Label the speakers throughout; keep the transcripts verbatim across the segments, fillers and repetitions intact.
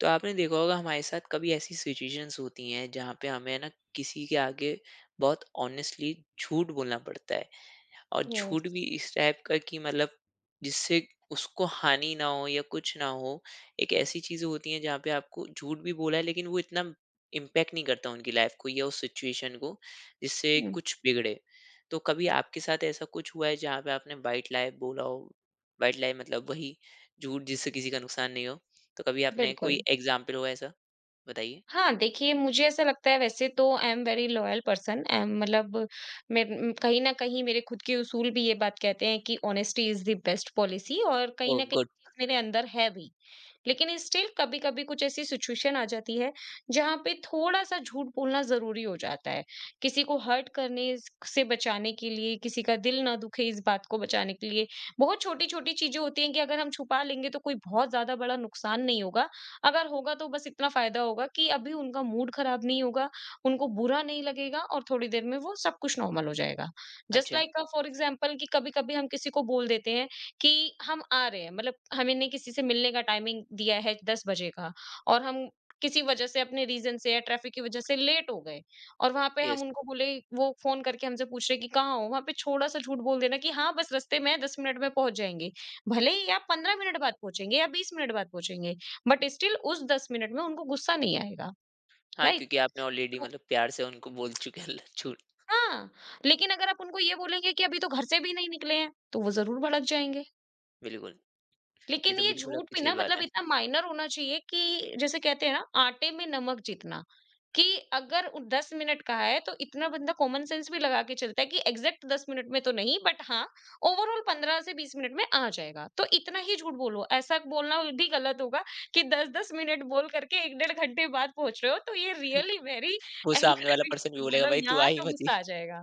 Speaker 1: तो आपने देखा होगा हमारे साथ कभी ऐसी सिचुएशंस होती हैं जहाँ पे हमें ना किसी के आगे बहुत ऑनेस्टली झूठ बोलना पड़ता है। और झूठ भी
Speaker 2: यस।
Speaker 1: इस टाइप का कि मतलब जिससे उसको हानि ना हो या कुछ ना हो। एक ऐसी चीज़ें होती हैं जहाँ पे आपको झूठ भी बोला है, लेकिन वो इतना इम्पैक्ट नहीं करता उनकी लाइफ को या उस सिचुएशन को, जिससे
Speaker 2: हुँ।
Speaker 1: कुछ बिगड़े। तो कभी आपके साथ ऐसा कुछ हुआ है जहाँ पे आपने व्हाइट लाइ बोला हो? व्हाइट लाइ मतलब वही झूठ जिससे किसी का नुकसान नहीं हो। तो कभी आपने
Speaker 2: बिल्कुल।
Speaker 1: कोई एग्ज़ाम्पल हो ऐसा? बताइए।
Speaker 2: हाँ, देखिए मुझे ऐसा लगता है वैसे तो I am very loyal person, uh, मतलब मैं उम, कहीं न कहीं मेरे खुद के उसूल भी ये बात कहते हैं कि honesty is the best policy, और कहीं
Speaker 1: ओह!
Speaker 2: न कहीं
Speaker 1: गुड।
Speaker 2: ये चीज़ मेरे अंदर है भी। लेकिन स्टिल कभी-कभी कुछ ऐसी सिचुएशन आ जाती है जहाँ पे थोड़ा-सा झूठ बोलना ज़रूरी हो जाता है। किसी को हर्ट करने स से बचाने के लिए, किसी का दिल ना दुखे इस बात को बचाने के लिए, बहुत छोटी-छोटी चीज़ें होती हैं कि अगर हम छुपा लेंगे तो कोई बहुत ज़्यादा बड़ा नुकसान नहीं होगा। अगर होगा तो बस इतना फ़ायदा होगा कि अभी उनका मूड खराब नहीं होगा, उनको बुरा नहीं लगेगा और थोड़ी देर में वो सब कुछ नॉर्मल हो जाएगा। जस्ट
Speaker 1: अच्छा,
Speaker 2: लाइक अ, फॉर एग्ज़ाम्पल, कि कभी-कभी हम किसी को बोल देते हैं कि हम आ रहे हैं, मतलब हमने किसी से मिलने का टाइमिंग दिया है दस बजे का और हम किसी वजह से, अपने रीजन से या ट्रैफिक की वजह से लेट हो गए, और वहां पे
Speaker 1: येस।
Speaker 2: हम उनको बोले, वो फोन करके हमसे पूछ रहे कि कहाँ हो, वहां पे छोटा सा झूठ बोल देना कि हाँ बस रास्ते में है, दस मिनट में पहुंच जाएंगे। भले ही आप पंद्रह मिनट बाद पहुंचेंगे या बीस मिनट बाद पहुंचेंगे, बट स्टिल उस दस मिनट में उनको गुस्सा नहीं आएगा।
Speaker 1: हाँ,
Speaker 2: राइट।
Speaker 1: क्योंकि आपने ऑलरेडी
Speaker 2: तो
Speaker 1: मतलब प्यार से उनको बोल चुके हैं ल झूठ।
Speaker 2: हाँ, लेकिन अगर आप उनको ये बोलेंगे कि अभी तो घर से भी नहीं निकले हैं तो वो जरूर भड़क जाएंगे।
Speaker 1: बिल्कुल। ये
Speaker 2: लेकिन
Speaker 1: तो
Speaker 2: ये
Speaker 1: बिल्कुल
Speaker 2: झूठ
Speaker 1: आपकी
Speaker 2: भी
Speaker 1: सही
Speaker 2: ना,
Speaker 1: बात है।
Speaker 2: मतलब इतना माइनर होना चाहिए कि जैसे कहते हैं ना, आटे में नमक जितना। कि अगर उ- दस मिनट का है तो इतना बंदा कॉमन सेंस भी लगा के चलता है कि एग्जैक्ट दस मिनट में तो नहीं, बट हाँ ओवरऑल पंद्रह से बीस मिनट में आ जाएगा, तो इतना ही झूठ बोलो। ऐसा बोलना भी गलत होगा कि दस दस मिनट बोल करके एक डेढ़ घंटे बाद पहुंच रहे हो, तो ये रियली वेरी
Speaker 1: वो सामने वाला
Speaker 2: एंग्री।
Speaker 1: पर्सन भी बोलेगा,
Speaker 2: मतलब
Speaker 1: भाई तू आ
Speaker 2: यहाँ
Speaker 1: ही
Speaker 2: तो
Speaker 1: मत ही।
Speaker 2: गुस्सा आ जाएगा।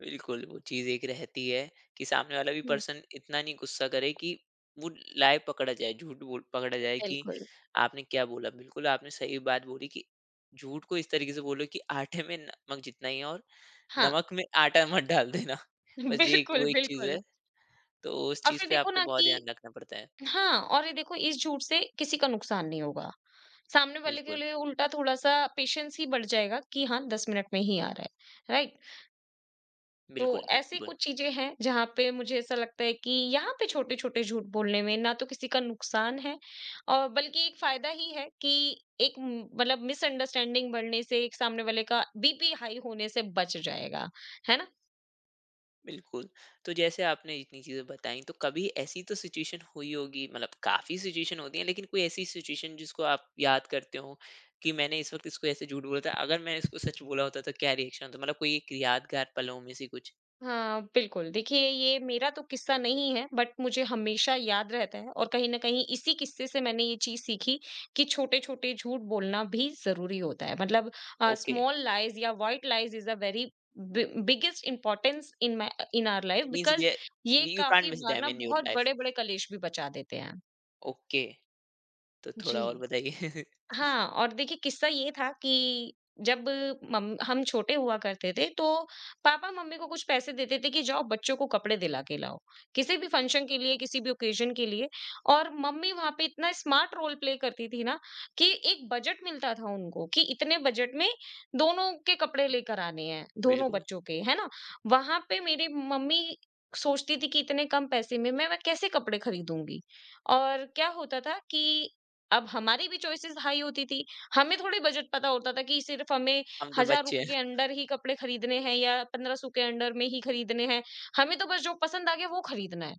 Speaker 1: बिल्कुल, वो चीज़ एक रहती है कि सामने वाला भी
Speaker 2: हम्म,
Speaker 1: पर्सन इतना नहीं गुस्सा करे कि वो लाए पकड़ा जाए, झूठ बोल पकड़ा जाए कि
Speaker 2: बिल्कुल।
Speaker 1: आपने क्या बोला। बिल्कुल, आपने सही बात बोली कि झूठ को इस तरीके से बोलो कि आटे में नमक जितना ही है, और
Speaker 2: हाँ।
Speaker 1: नमक में आटा मत डाल देना। बस ये एक वो
Speaker 2: बिल्कुल
Speaker 1: एक चीज़ है,
Speaker 2: बिल्कुल।
Speaker 1: तो उस
Speaker 2: और
Speaker 1: चीज़
Speaker 2: फिर
Speaker 1: पे
Speaker 2: देखो
Speaker 1: आपको
Speaker 2: ना
Speaker 1: बहुत ध्यान
Speaker 2: कि
Speaker 1: रखना पड़ता है।
Speaker 2: हाँ, और ये देखो इस झूठ से किसी का नुकसान नहीं होगा। सामने वाले के
Speaker 1: बिल्कुल,
Speaker 2: लिए उल्टा थोड़ा-सा पेशेंस ही बढ़ जाएगा कि हाँ, दस मिनट में ही आ रहा है, राइट? तो
Speaker 1: बिल्कुल,
Speaker 2: ऐसी
Speaker 1: बिल्कुल।
Speaker 2: कुछ चीज़ें हैं जहाँ पे मुझे ऐसा लगता है कि यहाँ पे छोटे-छोटे झूठ बोलने में ना तो किसी का नुकसान है और बल्कि एक फ़ायदा ही है कि एक म- मतलब मिसअंडरस्टैंडिंग बढ़ने से एक सामने वाले का बीपी हाई होने से बच जाएगा, है ना?
Speaker 1: बिल्कुल। तो जैसे आपने इतनी चीज़ें बताई, तो कभी ऐसी तो सिचुएशन हुई होगी, मतलब काफ़ी सिचुएशन होती हैं, लेकिन कोई ऐसी सिचुएशन जिसको आप याद करते हो कि मैंने इस वक़्त इसको ऐसे झूठ बोला था, अगर मैंने इसको सच बोला होता तो क्या रिएक्शन होता? मतलब कोई एक यादगार पलों में से कुछ?
Speaker 2: हाँ, बिल्कुल। देखिए, ये मेरा तो किस्सा नहीं है बट मुझे हमेशा याद रहता है, और कहीं न कहीं इसी किस्से से मैंने ये चीज़ सीखी कि छोटे-छोटे झूठ बोलना भी ज़रूरी होता है। मतलब अ,
Speaker 1: ओके।
Speaker 2: स्मॉल लाइज़ या white lies is a very bi biggest importance in my in our life,
Speaker 1: means
Speaker 2: because
Speaker 1: ये,
Speaker 2: ये
Speaker 1: वी यू कांट
Speaker 2: काफ़ी
Speaker 1: मिस
Speaker 2: बार
Speaker 1: देम
Speaker 2: ना
Speaker 1: इन योर
Speaker 2: बहुत
Speaker 1: लाइफ।
Speaker 2: बड़े-बड़े कलेश भी बचा देते हैं।
Speaker 1: ओके। तो
Speaker 2: जी।
Speaker 1: थोड़ा और बताइए?
Speaker 2: हाँ, और देखिए किस्सा ये था कि जब मम हम छोटे हुआ करते थे तो पापा मम्मी को कुछ पैसे देते थे कि जाओ बच्चों को कपड़े दिला के लाओ। किसी भी फंक्शन के लिए, किसी भी ओकेज़न के लिए। और मम्मी वहाँ पे इतना स्मार्ट रोल प्ले करती थी ना, कि एक बजट मिलता था उनको कि इतने बजट में दोनों के कपड़े लेकर आने हैं, दोनों
Speaker 1: बिल्कुल,
Speaker 2: बच्चों के, है ना? वहाँ पे मेरी मम्मी सोचती थी कि इतने कम पैसे में मैं मैं कैसे कपड़े खरीदूँगी? और क्या होता था कि अब हमारी भी चॉइसेस हाई होती थी। हमें थोड़ी बजट पता होता था कि सिर्फ़ हमें
Speaker 1: हम तो बच्चे हैं।
Speaker 2: ₹एक हज़ार रुपए के अंडर ही कपड़े खरीदने हैं या पंद्रह सौ के अंडर में ही खरीदने हैं। हमें तो बस जो पसंद आ गया वो खरीदना है।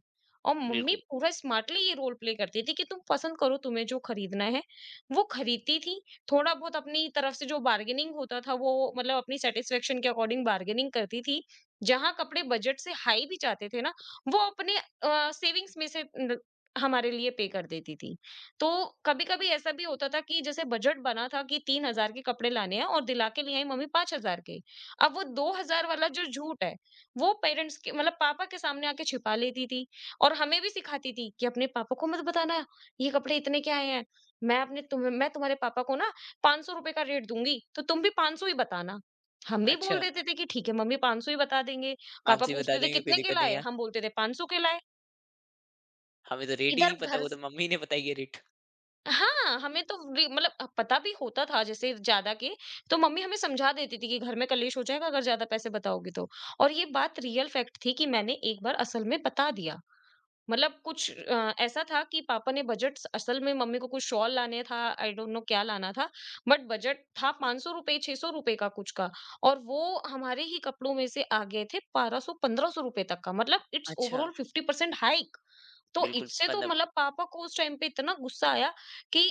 Speaker 2: और मम्मी
Speaker 1: बिल्कुल।
Speaker 2: पूरा स्मार्टली ये रोल प्ले करती थी कि तुम पसंद करो तुम्हें जो खरीदना है, वो खरीदती थी। थोड़ा बहुत अपनी तरफ से जो बार्गेनिंग होता था वो, मतलब अपनी सैटिस्फैक्शन के अकॉर्डिंग बार्गेनिंग करती थी। जहाँ कपड़े बजट से हाई भी जाते थे ना, वो अपने अ, सेविंग्स में से न हमारे लिए पे कर देती थी। तो कभी-कभी ऐसा भी होता था कि जैसे बजट बना था कि तीन हज़ार के कपड़े लाने हैं और दिला के ले आई मम्मी पाँच हज़ार के। अब वो दो हज़ार वाला जो झूठ है, वो पेरेंट्स के, मतलब पापा के सामने आके छिपा लेती थी। और हमें भी सिखाती थी कि अपने पापा को मत बताना ये कपड़े इतने के आए हैं। मैं अपने तुम्हें मैं तुम्हारे पापा को ना ₹पाँच सौ रुपए का रेट दूँगी, तो तुम भी पाँच सौ ही बताना। हम भी बोल
Speaker 1: अच्छा,
Speaker 2: देते थे कि ठीक है मम्मी, पाँच सौ ही बता देंगे। पापा
Speaker 1: आंसर ही बता
Speaker 2: पूछते थे
Speaker 1: देंगे, कोई
Speaker 2: कितने के
Speaker 1: दिक्कत नहीं
Speaker 2: लाए?
Speaker 1: है।
Speaker 2: हम बोलते थे पाँच सौ के लाए।
Speaker 1: हमें तो रेट ही नहीं
Speaker 2: इधर
Speaker 1: पता,
Speaker 2: घर।
Speaker 1: वो तो मम्मी ने बताई है रेट।
Speaker 2: हाँ, हमें तो री मतलब अ, पता भी होता था जैसे ज़्यादा के, तो मम्मी हमें समझा देती थी कि घर में कलेश हो जाएगा अगर ज़्यादा पैसे बताओगी तो। और ये बात रियल फैक्ट थी कि मैंने एक बार असल में बता दिया। मतलब कुछ अ, ऐसा था कि पापा ने बजट असल में, मम्मी को कुछ शॉल लाने था, आई डोंट नो क्या लाना था, बट बजट था ₹पाँच सौ रुपए ₹छह सौ रुपए का कुछ का, और वो हमारे ही कपड़ों में से आ गए थे बारह सौ ₹पंद्रह सौ रुपए तक का, मतलब इट्स
Speaker 1: अच्छा,
Speaker 2: ओवरऑल फ़िफ़्टी परसेंट हाइक। तो
Speaker 1: बिल्कुल,
Speaker 2: इससे तो
Speaker 1: पंद्रह,
Speaker 2: मतलब पापा को उस टाइम पे इतना गुस्सा आया कि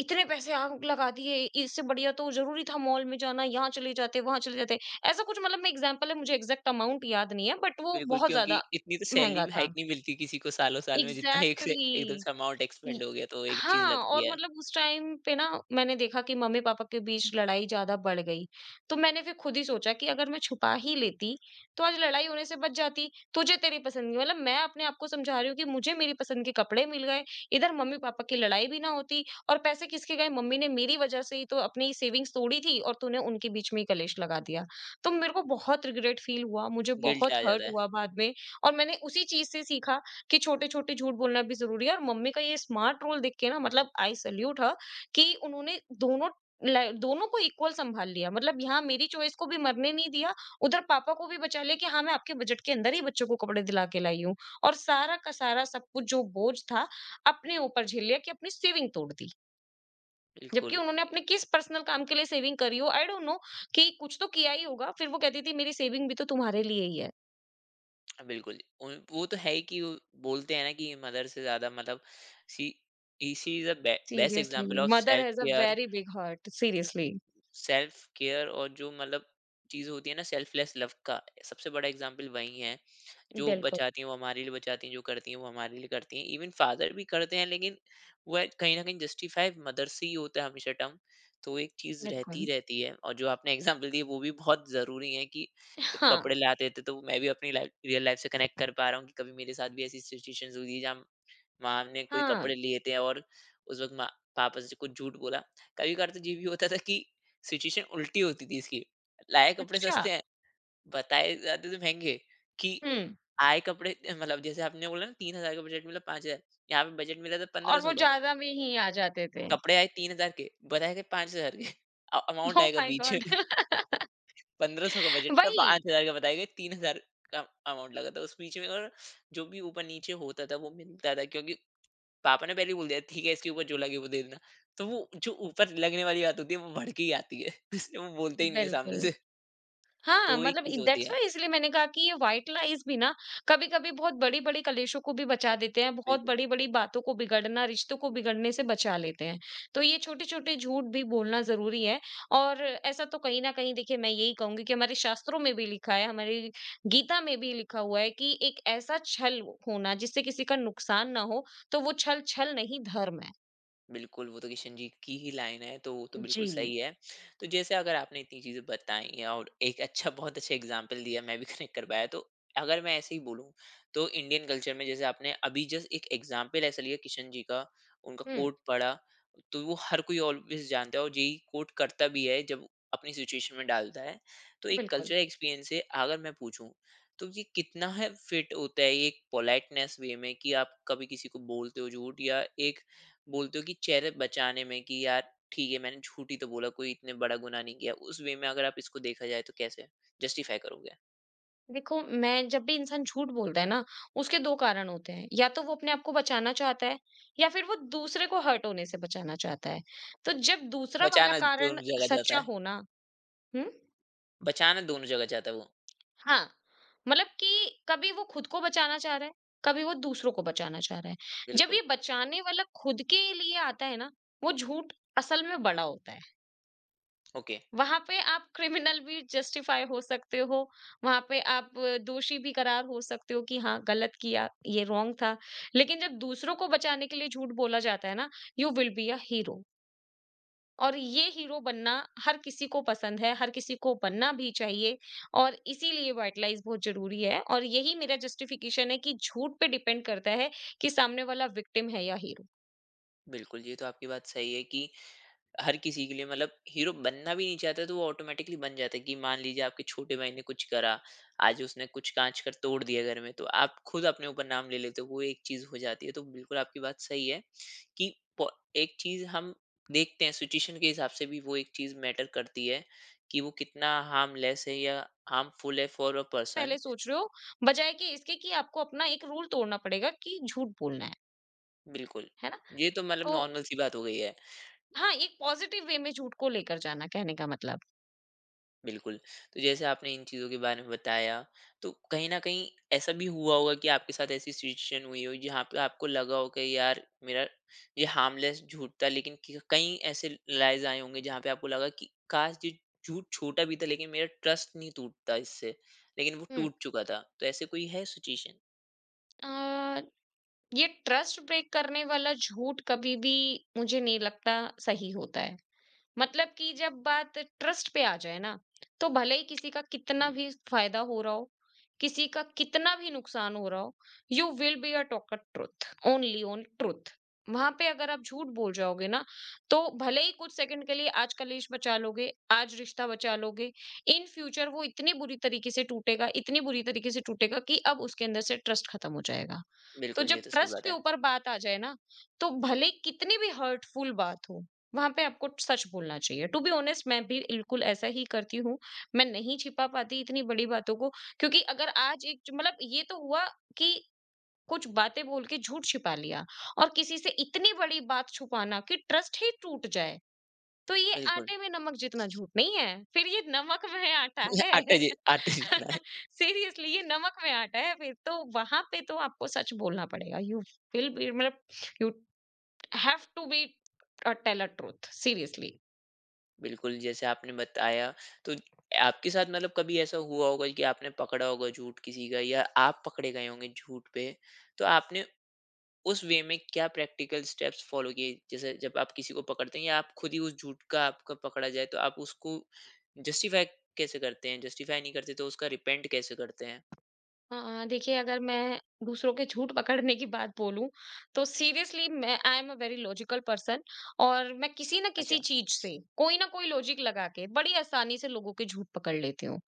Speaker 2: इतने पैसे आप लगा दिए, इससे बढ़िया तो जरूरी था मॉल में जाना, यहाँ चले जाते वहां चले जाते। ऐसा कुछ, मतलब मैं एग्जाम्पल है, मुझे एग्जैक्ट अमाउंट याद नहीं है बट वो
Speaker 1: बिल्कुल,
Speaker 2: बहुत
Speaker 1: क्योंकि
Speaker 2: ज्यादा
Speaker 1: इतनी तो सैलरी
Speaker 2: महंगा
Speaker 1: भी
Speaker 2: था।
Speaker 1: हाइक नहीं मिलती किसी को सालों-साल में जितना एक से एकदम
Speaker 2: एग्जैक्टली।
Speaker 1: से अमाउंट
Speaker 2: ई
Speaker 1: एक्सपेंड हो गया, तो एक चीज़
Speaker 2: हाँ,
Speaker 1: लगती
Speaker 2: और
Speaker 1: है,
Speaker 2: मतलब उस टाइम पे ना मैंने देखा कि मम्मी-पापा के बीच लड़ाई ज़्यादा बढ़ गई। तो मैंने फिर खुद ही सोचा कि अगर मैं छुपा ही लेती, तो आज लड़ाई होने से बच जाती। तुझे तेरी पसंद की, मतलब मैं अपने आप को समझा रही हूँ कि मुझे मेरी पसंद के कपड़े मिल गए, इधर मम्मी-पापा की लड़ाई भी ना होती, और पैसे किसके गए, मम्मी ने मेरी वजह से ही तो अपनी सेविंग्स तोड़ी थी, और तूने उनके बीच में ही कलेश लगा दिया। तो मेरे को बहुत रिग्रेट फील हुआ, मुझे
Speaker 1: गिल्ट
Speaker 2: बहुत
Speaker 1: आ
Speaker 2: हर्ट
Speaker 1: जाता है।
Speaker 2: हुआ बाद में। और मैंने उसी चीज़ से सीखा कि छोटे-छोटे झूठ बोलना भी ज़रूरी है, और मम्मी का ये स्मार्ट रोल देख के ना, मतलब आई सैल्यूट हर, कि उन्होंने दोनों लाइ दोनों को इक्वल सँभाल लिया। मतलब यहाँ मेरी चॉइस को भी मरने नहीं दिया, उधर पापा को भी बचा लिया कि हाँ, मैं आपके बजट के अंदर ही बच्चों को कपड़े दिला के लाई हूँ। और सारा का सारा सब कुछ जो बोझ था, अपने ऊपर झेल लिया, कि अपनी सेविंग तोड़ दी। जबकि
Speaker 1: बिल्कुल,
Speaker 2: उन्होंने अपने किस पर्सनल काम के लिए सेविंग करी हो, आई डोंट नो, कि कुछ तो किया ही होगा। फिर वो कहती थी मेरी सेविंग भी तो तुम्हारे लिए ही है।
Speaker 1: बिल्कुल। उन वो तो है ही कि वो बोलते हैं ना कि मदर से ज़्यादा, मतलब she he she is a be best
Speaker 2: seriously
Speaker 1: example of
Speaker 2: mother
Speaker 1: self
Speaker 2: has a
Speaker 1: care.
Speaker 2: Very big heart, seriously.
Speaker 1: Self care और जो मतलब चीज़ होती है ना सेल्फलेस लव का, सबसे बड़ा एग्ज़ाम्पल वही है। जो
Speaker 2: बिल्कुल।
Speaker 1: बचाती हैं वो हमारे लिए बचाती हैं, जो करती हैं वो हमारे लिए करती हैं। इवन फादर भी करते हैं, लेकिन वह कहीं न कहीं जस्टिफाई मदर से ही होता है हमेशा टर्म। तो एक चीज़ रहती
Speaker 2: बिल्कुल।
Speaker 1: रहती है, और जो आपने एग्ज़ाम्पल दी वो भी बहुत ज़रूरी है कि जब
Speaker 2: हाँ।
Speaker 1: कपड़े लाते थे तो मैं भी अपनी लाइफ़ रियल लाइफ़ से कनेक्ट कर पा रहा हूँ कि कभी मेरे साथ भी ऐसी सिचुएशंस हुई थी जहाँ माँ ने कोई
Speaker 2: हाँ।
Speaker 1: कपड़े लिए थे, और उस वक़्त माँ पापा से कुछ झूठ बोला। कभी-कभार तो ये भी होता था कि सिचुएशन उल्टी होती थी इसकी। लाए कपड़े
Speaker 2: अच्छा।
Speaker 1: सस्ते हैं, बताए जाते थे महंगे, कि
Speaker 2: हुँ।
Speaker 1: आए कपड़े। मतलब जैसे आपने बोला ना तीन हज़ार का बजट मिला, पाँच हज़ार, यहाँ पे बजट मिला था
Speaker 2: और
Speaker 1: पंद्रह सौ
Speaker 2: वो
Speaker 1: का।
Speaker 2: ज़्यादा में ही आ जाते थे।
Speaker 1: कपड़े आए तीन हज़ार के, बताए थे पाँच हज़ार के। अ, अमाउंट
Speaker 2: ओह
Speaker 1: आएगा
Speaker 2: माय
Speaker 1: बीच में।
Speaker 2: गॉड!
Speaker 1: पंद्रह सौ का बजट था,
Speaker 2: वही।
Speaker 1: पाँच हज़ार का बताए गए, तीन हज़ार का अमाउंट लगा था उस बीच में। और जो भी ऊपर-नीचे होता था वो मिलता था, क्योंकि पापा ने पहले ही बोल दिया, ठीक है इसके ऊपर जो लगे वो दे देना। तो वो जो ऊपर लगने वाली बात होती है वो बढ़ के ही आती है, इसलिए वो बोलते ही नहीं है सामने
Speaker 2: बिल्कुल।
Speaker 1: से। तो
Speaker 2: हाँ,
Speaker 1: वो एक
Speaker 2: मतलब इ
Speaker 1: चीज़ होती
Speaker 2: दैट्स
Speaker 1: है।
Speaker 2: व्हाई, इसलिए मैंने कहा कि ये व्हाइट लाइज़ भी ना कभी-कभी बहुत बड़ी-बड़ी कलेशों को भी बचा देते हैं, बहुत
Speaker 1: बिल्कुल।
Speaker 2: बड़ी-बड़ी बातों को बिगड़ना, रिश्तों को बिगड़ने से बचा लेते हैं। तो ये छोटे-छोटे झूठ भी बोलना ज़रूरी है। और ऐसा तो कहीं न कहीं, देखिए, मैं यही कहूँगी कि हमारे शास्त्रों में भी लिखा है, हमारी गीता में भी लिखा हुआ है कि एक ऐसा छल होना जिससे किसी का नुकसान ना हो, तो वो छल, छल नहीं धर्म है।
Speaker 1: बिल्कुल, वो तो किशन जी की ही लाइन है, तो वो तो बिल्कुल
Speaker 2: जी।
Speaker 1: सही है। तो जैसे, अगर आपने इतनी चीज़ें बताई और एक अच्छा, बहुत अच्छा एग्ज़ाम्पल दिया, मैं भी कनेक्ट कर पाया, तो अगर मैं ऐसे ही बोलूँ, तो इंडियन कल्चर में, जैसे आपने अभी जस्ट एक एग्ज़ाम्पल ऐसा लिया किशन जी का, उनका
Speaker 2: हुँ,
Speaker 1: कोट पढ़ा, तो वो हर कोई ऑलवेज़ जानता है और यही कोट करता भी है, जब अपनी सिचुएशन में डालता है। तो एक
Speaker 2: बिल्कुल।
Speaker 1: कल्चरल एक्सपीरियंस से अगर मैं पूछूँ, तो ये कितना है फिट होता है, ये एक पोलाइटनेस वे में कि आप कभी किसी को बोलते हो झूठ, या एक बोलते हो कि चेहरे बचाने में कि यार ठीक है मैंने झूठ ही तो बोला, कोई इतने बड़ा गुनाह नहीं किया, उस वे में अगर आप इसको देखा जाए तो कैसे जस्टिफाई करोगे?
Speaker 2: देखो, मैं जब भी, इंसान झूठ बोलता है ना, उसके दो कारण होते हैं, या तो वो अपने आप को बचाना चाहता है, या फिर वो दूसरे को हर्ट होने से बचाना चाहता है। तो जब दूसरा वाला
Speaker 1: बचाना
Speaker 2: कारण
Speaker 1: दोनों जगह जाता
Speaker 2: सच्चा
Speaker 1: है।
Speaker 2: होना। हम्म।
Speaker 1: बचाना दोनों जगह जाता है वो।
Speaker 2: हाँ। मतलब कि कभी वो खुद को बचाना चाह रहा है, कभी वो दूसरों को बचाना चाह रहा है। जब
Speaker 1: बिल्कुल।
Speaker 2: ये बचाने वाला खुद के लिए आता है ना, वो झूठ असल में बड़ा होता है।
Speaker 1: ओके।
Speaker 2: वहां पे आप क्रिमिनल भी जस्टिफाई हो सकते हो, वहां पे आप अ, दोषी भी करार हो सकते हो कि हाँ गलत किया, ये रॉन्ग था। लेकिन जब दूसरों को बचाने के लिए झूठ बोला जाता है ना, you will be a hero. और ये हीरो बनना हर किसी को पसंद है, हर किसी को बनना भी चाहिए। और इसीलिए वाइट लाइज बहुत जरूरी है, और यही मेरा जस्टिफिकेशन है कि झूठ पे डिपेंड करता है कि सामने वाला विक्टिम है या हीरो।
Speaker 1: बिल्कुल, ये तो आपकी बात सही है कि हर किसी के लिए, मतलब हीरो बनना भी नहीं चाहता तो वो ऑटोमेटिकली बन जाता है, कि मान लीजिए आपके छोटे भाई ने कुछ करा, आज उसने कुछ कांच कर तोड़ दिया घर में, तो आप खुद अपने ऊपर नाम ले लेते हो, वो एक चीज हो जाती है। तो बिल्कुल आपकी बात सही है कि पो- एक चीज हम देखते हैं सिचुएशन के हिसाब से भी, वो एक चीज मैटर करती है कि वो कितना हार्मलेस है या हार्मफुल है फॉर अ पर्सन।
Speaker 2: पहले सोच रहे हो बजाय कि इसके कि आपको अपना एक रूल तोड़ना पड़ेगा कि झूठ बोलना है
Speaker 1: बिल्कुल,
Speaker 2: है ना?
Speaker 1: ये तो मतलब
Speaker 2: तो
Speaker 1: नॉर्मल सी बात हो गई है।
Speaker 2: हाँ, एक पॉज़िटिव वे में झूठ को लेकर जाना, कहने का मतलब।
Speaker 1: बिल्कुल। तो जैसे आपने इन चीज़ों के बारे में बताया, तो कहीं न कहीं ऐसा भी हुआ होगा कि आपके साथ ऐसी सिचुएशन हुई हो जहाँ पे आपको लगा हो कि यार मेरा ये हार्मलेस झूठ था, लेकिन क कई ऐसे लाइज़ आए होंगे जहाँ पे आपको लगा कि काश ये झूठ छोटा भी था, लेकिन मेरा ट्रस्ट नहीं टूटता इससे, लेकिन वो
Speaker 2: हुँ।
Speaker 1: टूट चुका था। तो ऐसे कोई है सिचुएशन?
Speaker 2: अ, ये ट्रस्ट ब्रेक करने वाला झूठ कभी भी, मुझे नहीं लगता, सही होता है। मतलब कि जब बात ट्रस्ट पे आ जाए ना, तो भले ही किसी का
Speaker 1: हुँ।
Speaker 2: कितना भी फायदा हो रहा हो, किसी का कितना भी नुकसान हो रहा हो। You will be a talker truth, only own truth. वहां पे अगर आप झूठ बोल जाओगे ना, तो भले ही कुछ सेकंड के लिए आज कलेश बचा लोगे, आज रिश्ता बचा लोगे, इन फ्यूचर वो इतनी बुरी तरीके से टूटेगा, इतनी बुरी तरीके से टूटेगा कि अब उसके अंदर से ट्रस्ट खत्म हो जाएगा। तो
Speaker 1: बिल्कुल, ये
Speaker 2: जब
Speaker 1: तो सही
Speaker 2: ट्रस्ट
Speaker 1: बात
Speaker 2: के
Speaker 1: है।
Speaker 2: ऊपर बात आ जाए ना, तो भले कितनी भी हर्टफुल बात हो, वहां पे आपको सच बोलना चाहिए। टू बी ऑनेस्ट, मैं भी बिल्कुल ऐसा ही करती हूँ। मैं नहीं छिपा पाती इतनी बड़ी बातों को, क्योंकि अगर आज एक मतलब ये तो हुआ कि कुछ बातें बोल के झूठ छिपा लिया, और किसी से इतनी बड़ी बात छुपाना कि ट्रस्ट ही टूट जाए, तो ये
Speaker 1: बिल्कुल,
Speaker 2: आटे में नमक जितना झूठ नहीं है, फिर ये नमक में आटा
Speaker 1: ये आटा
Speaker 2: है।
Speaker 1: जी आटे जितना है।
Speaker 2: सीरियसली, ये नमक में आटा है फिर तो। वहां पे तो आपको सच बोलना पड़ेगा। यू विल बी मतलब you have to be tell a truth, seriously.
Speaker 1: बिल्कुल, जैसे आपने बताया, तो आपके साथ मतलब कभी ऐसा हुआ होगा कि आपने पकड़ा होगा झूठ किसी का, या आप पकड़े गए होंगे झूठ पे, तो आपने उस वे में क्या प्रैक्टिकल स्टेप्स फ़ॉलो किए? जैसे जब आप किसी को पकड़ते हैं या आप खुद ही उस झूठ का आपका पकड़ा जाए, तो आप उसको जस्टिफ़ाई कैसे करते हैं? जस्टिफ़ाई नहीं करते, तो उसका रिपेंट कैसे करते हैं?
Speaker 2: अ, देखिए, अगर मैं दूसरों के झूठ पकड़ने की बात बोलूं, तो सीरियसली, मैं I am a very logical person, और मैं किसी ना किसी
Speaker 1: अच्छा,
Speaker 2: चीज से कोई ना कोई लॉजिक लगा के बड़ी आसानी से लोगों के झूठ पकड़ लेती हूँ।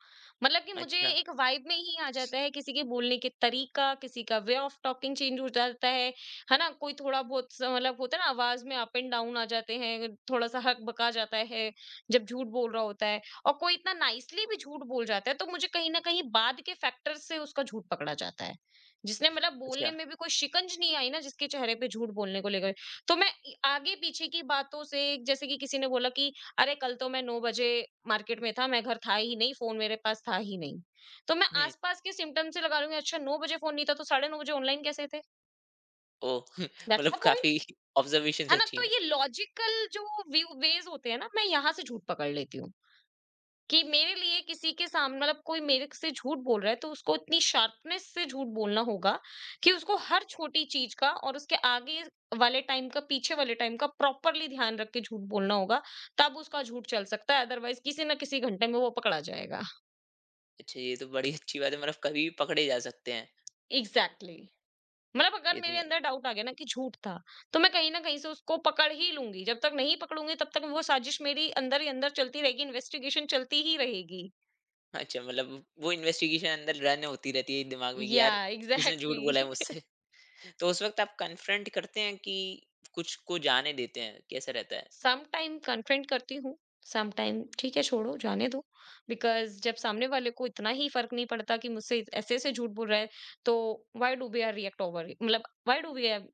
Speaker 2: मतलब कि मुझे
Speaker 1: अच्छा,
Speaker 2: एक वाइब में ही आ जाता है, किसी के बोलने के तरीका, किसी का वे ऑफ टॉकिंग चेंज हो जाता है। है ना? कोई थोड़ा बहुत सा- मतलब होता है ना, आवाज में अप एंड डाउन आ जाते हैं, थोड़ा सा हक बका जाता है जब झूठ बोल रहा होता है। और कोई इतना नाइसली भी झूठ बोल जाता है, तो मुझे कहीं ना कहीं बाद के फैक्टर से उसका झूठ पकड़ा जाता है, जिसने मतलब
Speaker 1: अच्छा।
Speaker 2: बोलने में भी कोई शिकंज नहीं आई ना, जिसके चेहरे पे झूठ बोलने को लेकर। तो मैं इ- आगे पीछे की बातों से, जैसे कि किसी ने बोला कि अरे कल तो मैं नौ बजे मार्केट में था, मैं घर था ही नहीं, फोन मेरे पास था ही नहीं, तो मैं
Speaker 1: हुँ,
Speaker 2: आसपास के सिम्टम से लगा लूंगी अच्छा नौ बजे फोन नहीं था तो साढ़े नौ बजे ऑनलाइन कैसे थे?
Speaker 1: ओह!
Speaker 2: दैट्स
Speaker 1: मतलब
Speaker 2: द पॉइंट।
Speaker 1: काफ़ी ऑब्ज़र्वेशंस
Speaker 2: है ना?
Speaker 1: अच्छी
Speaker 2: तो
Speaker 1: हैं।
Speaker 2: ये लॉजिकल जो वेज होते हैं ना, मैं यहाँ से झूठ पकड़ लेती हूँ। कि मेरे लिए किसी के सामने मतलब, कोई मेरे से झूठ बोल रहा है तो उसको इतनी शार्पनेस से झूठ बोलना होगा कि उसको हर छोटी चीज का और उसके आगे वाले टाइम का पीछे वाले टाइम का प्रॉपरली ध्यान रख के झूठ बोलना होगा, तब उसका झूठ चल सकता है। अदरवाइज किसी ना किसी घंटे में वो पकड़ा जाएगा।
Speaker 1: अच्छा, ये तो बड़ी अच्छी बात है, मतलब कभी भी पकड़े जा सकते हैं।
Speaker 2: Exactly exactly. मतलब
Speaker 1: ये
Speaker 2: अगर
Speaker 1: तो।
Speaker 2: मेरे अंदर डाउट आ गया ना कि झूठ था, तो मैं कहीं ना कहीं से उसको पकड़ ही लूंगी। जब तक नहीं पकड़ूंगी तब तक वो साजिश मेरी अंदर ही अंदर चलती रहेगी, इन्वेस्टिगेशन चलती ही रहेगी।
Speaker 1: अच्छा, मतलब वो इन्वेस्टिगेशन अंदर रन होती रहती है दिमाग में कि
Speaker 2: या
Speaker 1: यार इसने झूठ बोला है
Speaker 2: एग्जैक्टली।
Speaker 1: मुझसे। तो उस वक़्त आप कन्फ्रंट करते हैं, कि कुछ को जाने देते हैं? कैसा रहता है?
Speaker 2: सम टाइम कन्फ्रंट करती हूँ, सम टाइम ठीक है छोड़ो जाने दो, बिकॉज़ जब सामने वाले को इतना ही फ़र्क नहीं पड़ता कि मुझसे ऐसे-ऐसे झूठ बोल रहा है, तो why do we are react over मतलब why do we are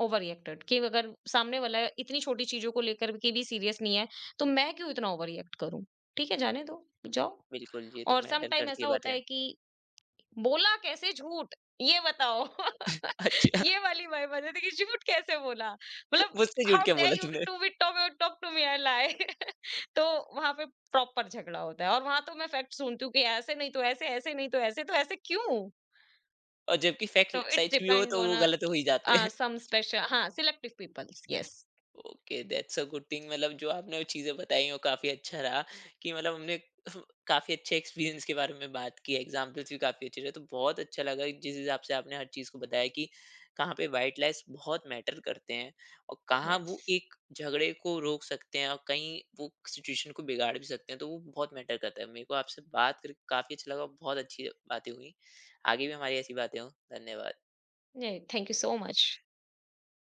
Speaker 2: over reacted, कि अगर सामने वाला इतनी छोटी चीज़ों को लेकर के भी सीरियस नहीं है, तो मैं क्यों इतना ओवर रिएक्ट करूँ? ठीक है जाने दो, जाओ।
Speaker 1: बिल्कुल, ये तो
Speaker 2: और सम
Speaker 1: मैटर
Speaker 2: टाइम
Speaker 1: करती है
Speaker 2: ऐसा होता
Speaker 1: बातें।
Speaker 2: है कि बोला कैसे झूठ? ये बताओ। ये वाली वाइब आ जाती है कि झूठ कैसे बोला?
Speaker 1: अच्छा,
Speaker 2: मतलब
Speaker 1: मुझसे झूठ
Speaker 2: हाउ
Speaker 1: क्या बोला
Speaker 2: डेयर यू
Speaker 1: तूने?
Speaker 2: To be talk talk to me I lie तो वहां पे प्रॉपर झगड़ा होता है, और वहां तो मैं फैक्ट सुनती हूँ कि ऐसे नहीं तो ऐसे, ऐसे नहीं तो ऐसे, तो ऐसे क्यों?
Speaker 1: और जबकि
Speaker 2: तो
Speaker 1: फैक्ट
Speaker 2: इट्स
Speaker 1: सच भी हो
Speaker 2: डिपेंड
Speaker 1: तो
Speaker 2: ऑन
Speaker 1: वो गलत हो ही जाते हैं।
Speaker 2: सम स्पेशल हाँ selective peoples. Yes
Speaker 1: okay, that's a good thing, मतलब जो आपने वो चीज़ें बताई हैं वो काफ़ी अच्छा रहा, कि मतलब हमने काफ़ी अच्छे एक्सपीरियंस के बारे में बात की, एग्जाम्पल्स भी काफ़ी अच्छे रहे, तो बहुत अच्छा लगा जिस हिसाब से आपने हर चीज़ को बताया, कि कहाँ पे वाइट लाइस बहुत मैटर करते हैं, और कहाँ
Speaker 2: यस,
Speaker 1: वो एक झगड़े को रोक सकते हैं, और कहीं वो सिचुएशन को बिगाड़ भी सकते हैं। तो वो बहुत मैटर करता है, मेरे को आपसे बात करके काफ़ी अच्छा लगा और बहुत अच्छी बातें हुई। आगे भी हमारी ऐसी बातें हों। धन्यवाद।
Speaker 2: Thank you so much.